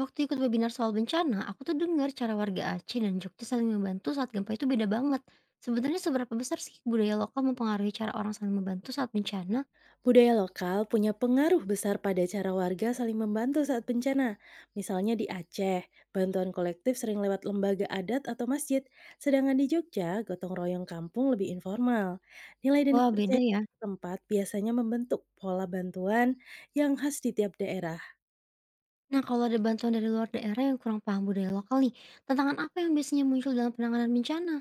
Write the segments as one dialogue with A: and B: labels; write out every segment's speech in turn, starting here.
A: Waktu ikut webinar soal bencana, aku tuh dengar cara warga Aceh dan Jogja saling membantu saat gempa itu beda banget. Sebenarnya seberapa besar sih budaya lokal mempengaruhi cara orang saling membantu saat bencana?
B: Budaya lokal punya pengaruh besar pada cara warga saling membantu saat bencana. Misalnya di Aceh, bantuan kolektif sering lewat lembaga adat atau masjid, sedangkan di Jogja, gotong royong kampung lebih informal. Nilai dan
A: Wah, beda
B: kepercayaan
A: ya.
B: tempat biasanya membentuk pola bantuan yang khas di tiap daerah.
A: Nah, kalau ada bantuan dari luar daerah yang kurang paham budaya lokal nih, tantangan apa yang biasanya muncul dalam penanganan bencana?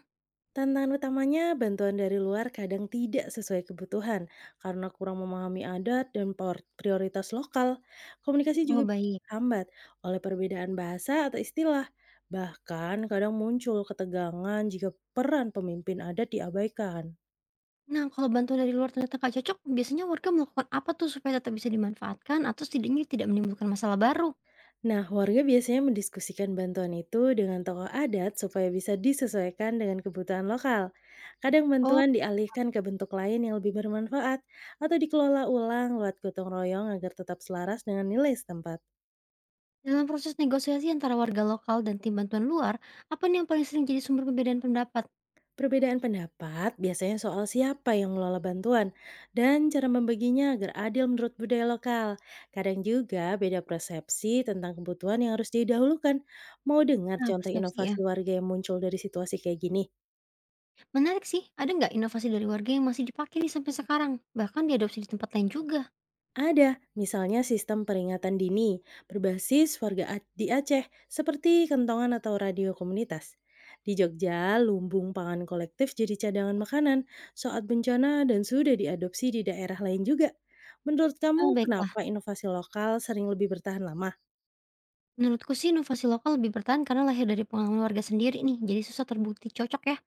B: Tantangan utamanya, bantuan dari luar kadang tidak sesuai kebutuhan karena kurang memahami adat dan prioritas lokal. Komunikasi
A: Oh,
B: juga
A: baik.
B: hambat oleh perbedaan bahasa atau istilah. Bahkan kadang muncul ketegangan jika peran pemimpin adat diabaikan.
A: Nah, kalau bantuan dari luar ternyata nggak cocok, biasanya warga melakukan apa tuh supaya tetap bisa dimanfaatkan atau setidaknya tidak menimbulkan masalah baru?
B: Nah, warga biasanya mendiskusikan bantuan itu dengan tokoh adat supaya bisa disesuaikan dengan kebutuhan lokal. Kadang
A: Oh,
B: bantuan dialihkan ke bentuk lain yang lebih bermanfaat atau dikelola ulang lewat gotong royong agar tetap selaras dengan nilai setempat.
A: dalam proses negosiasi antara warga lokal dan tim bantuan luar, apa nih yang paling sering jadi sumber perbedaan pendapat?
B: Perbedaan pendapat biasanya soal siapa yang mengelola bantuan dan cara membaginya agar adil menurut budaya lokal. Kadang juga beda persepsi tentang kebutuhan yang harus didahulukan. Mau dengar
A: Nah,
B: contoh
A: persepsi ya.
B: inovasi warga yang muncul dari situasi kayak gini?
A: Menarik sih, ada nggak inovasi dari warga yang masih dipakai nih sampai sekarang? Bahkan diadopsi di tempat lain juga?
B: Ada, misalnya sistem peringatan dini berbasis warga di Aceh seperti kentongan atau radio komunitas. Di Jogja, lumbung pangan kolektif jadi cadangan makanan saat bencana dan sudah diadopsi di daerah lain juga. Menurut kamu,
A: Ah, baiklah.
B: kenapa inovasi lokal sering lebih bertahan lama?
A: Menurutku sih inovasi lokal lebih bertahan karena lahir dari pengalaman warga sendiri nih, jadi susah terbukti cocok ya.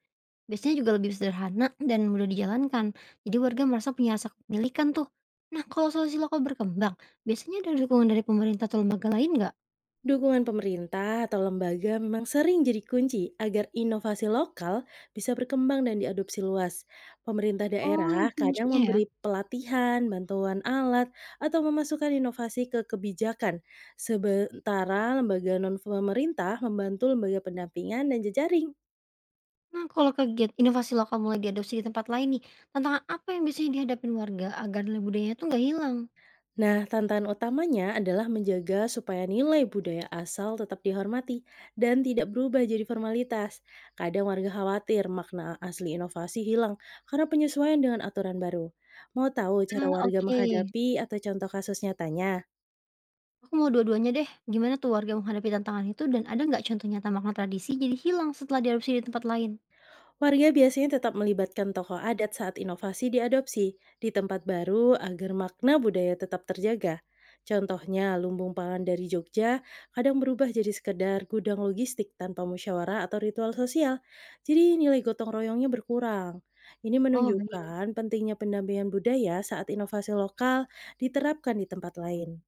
A: Biasanya juga lebih sederhana dan mudah dijalankan. Jadi warga merasa punya rasa kepemilikan tuh. Nah, kalau solusi lokal berkembang, biasanya ada dukungan dari pemerintah atau lembaga lain nggak?
B: Dukungan pemerintah atau lembaga memang sering jadi kunci agar inovasi lokal bisa berkembang dan diadopsi luas. Pemerintah
A: Oh,
B: daerah
A: itu
B: kadang
A: kuncinya ya.
B: memberi pelatihan, bantuan alat, atau memasukkan inovasi ke kebijakan. Sementara lembaga non-pemerintah membantu lembaga pendampingan dan jejaring.
A: Nah, kalau kegiatan inovasi lokal mulai diadopsi di tempat lain nih, tantangan apa yang biasanya dihadapin warga agar nilai budayanya tuh nggak hilang?
B: Nah, tantangan utamanya adalah menjaga supaya nilai budaya asal tetap dihormati dan tidak berubah jadi formalitas. Kadang warga khawatir makna asli inovasi hilang karena penyesuaian dengan aturan baru. Mau tahu cara
A: Ah,
B: warga
A: oke.
B: menghadapi atau contoh kasus nyatanya?
A: Aku mau dua-duanya deh. Gimana tuh warga menghadapi tantangan itu dan ada nggak contoh nyata makna tradisi jadi hilang setelah diadopsi di tempat lain?
B: Warga biasanya tetap melibatkan tokoh adat saat inovasi diadopsi di tempat baru agar makna budaya tetap terjaga. Contohnya, lumbung pangan dari Jogja kadang berubah jadi sekedar gudang logistik tanpa musyawarah atau ritual sosial. Jadi nilai gotong royongnya berkurang. Ini
A: Oh, baik.
B: menunjukkan pentingnya pendampingan budaya saat inovasi lokal diterapkan di tempat lain.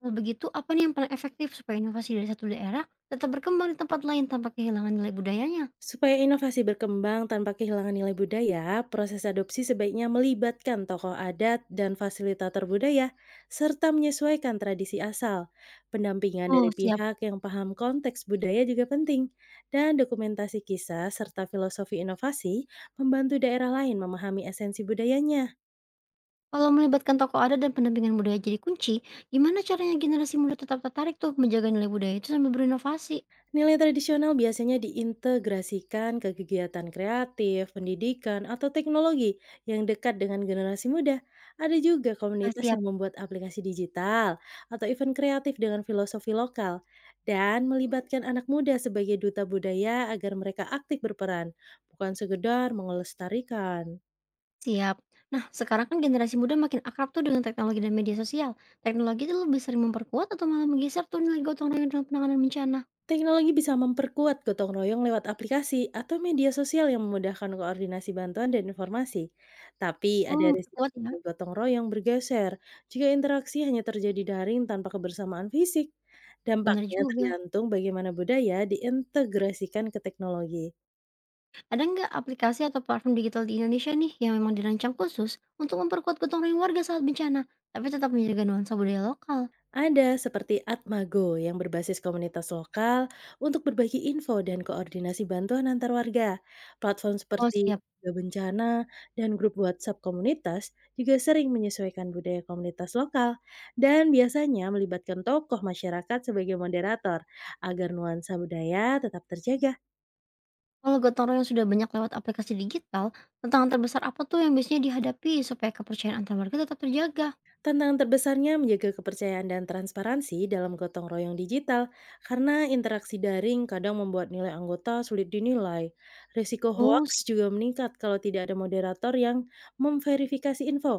A: Kalau begitu, apa nih yang paling efektif supaya inovasi dari satu daerah tetap berkembang di tempat lain tanpa kehilangan nilai budayanya?
B: Supaya inovasi berkembang tanpa kehilangan nilai budaya, proses adopsi sebaiknya melibatkan tokoh adat dan fasilitator budaya, serta menyesuaikan tradisi asal. Pendampingan dari
A: Oh, siap.
B: pihak yang paham konteks budaya juga penting, dan dokumentasi kisah serta filosofi inovasi membantu daerah lain memahami esensi budayanya.
A: Kalau melibatkan tokoh adat dan pendampingan budaya jadi kunci, gimana caranya generasi muda tetap tertarik tuh menjaga nilai budaya itu sambil berinovasi?
B: Nilai tradisional biasanya diintegrasikan ke kegiatan kreatif, pendidikan, atau teknologi yang dekat dengan generasi muda. Ada juga
A: Ah,
B: komunitas
A: siap.
B: yang membuat aplikasi digital atau event kreatif dengan filosofi lokal dan melibatkan anak muda sebagai duta budaya agar mereka aktif berperan, bukan sekedar melestarikan.
A: Siap. Nah, sekarang kan generasi muda makin akrab tuh dengan teknologi dan media sosial. Teknologi itu lebih sering memperkuat atau malah menggeser tuh nilai gotong royong dalam penanganan bencana?
B: Teknologi bisa memperkuat gotong royong lewat aplikasi atau media sosial yang memudahkan koordinasi bantuan dan informasi. Tapi
A: Oh,
B: ada
A: memperkuat ya.
B: risiko gotong royong bergeser jika interaksi hanya terjadi daring tanpa kebersamaan fisik.
A: Benar
B: Dampaknya
A: juga.
B: tergantung bagaimana budaya diintegrasikan ke teknologi.
A: Ada nggak aplikasi atau platform digital di Indonesia nih yang memang dirancang khusus untuk memperkuat gotong royong warga saat bencana, tapi tetap menjaga nuansa budaya lokal?
B: Ada, seperti Atmago yang berbasis komunitas lokal untuk berbagi info dan koordinasi bantuan antar warga. Platform
A: Oh,
B: seperti
A: siap.
B: Warga Bencana dan grup WhatsApp komunitas juga sering menyesuaikan budaya komunitas lokal dan biasanya melibatkan tokoh masyarakat sebagai moderator agar nuansa budaya tetap terjaga.
A: Kalau gotong royong sudah banyak lewat aplikasi digital, tantangan terbesar apa tuh yang biasanya dihadapi supaya kepercayaan antar warga tetap terjaga?
B: Tantangan terbesarnya menjaga kepercayaan dan transparansi dalam gotong royong digital karena interaksi daring kadang membuat nilai anggota sulit dinilai. Risiko
A: Oh,
B: hoax
A: siap.
B: juga meningkat kalau tidak ada moderator yang memverifikasi info.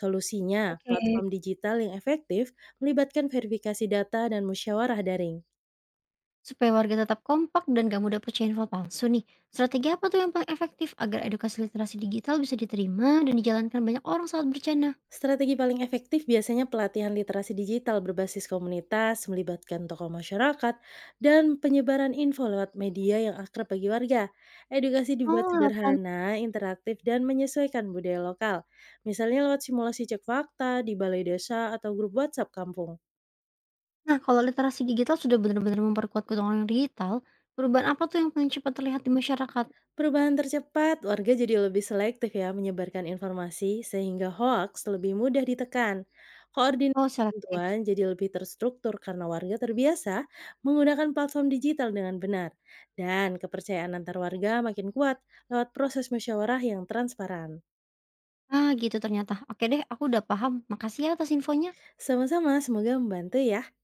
B: Solusinya,
A: Oke.
B: platform digital yang efektif melibatkan verifikasi data dan musyawarah daring.
A: Supaya warga tetap kompak dan gak mudah percaya info palsu nih, strategi apa tuh yang paling efektif agar edukasi literasi digital bisa diterima dan dijalankan banyak orang saat bercanda?
B: Strategi paling efektif biasanya pelatihan literasi digital berbasis komunitas, melibatkan tokoh masyarakat, dan penyebaran info lewat media yang akrab bagi warga. Edukasi dibuat
A: Oh, lewat sana.
B: sederhana, interaktif, dan menyesuaikan budaya lokal. Misalnya lewat simulasi cek fakta di balai desa atau grup WhatsApp kampung.
A: Nah, kalau literasi digital sudah benar-benar memperkuat keterampilan digital, perubahan apa tuh yang paling cepat terlihat di masyarakat?
B: Perubahan tercepat, warga jadi lebih selektif ya menyebarkan informasi sehingga hoaks lebih mudah ditekan. Koordinasi
A: Oh, selektif.
B: bantuan jadi lebih terstruktur karena warga terbiasa menggunakan platform digital dengan benar. Dan kepercayaan antar warga makin kuat lewat proses musyawarah yang transparan.
A: Ah, gitu ternyata. Oke deh, aku udah paham. Makasih ya atas infonya.
B: Sama-sama, semoga membantu ya.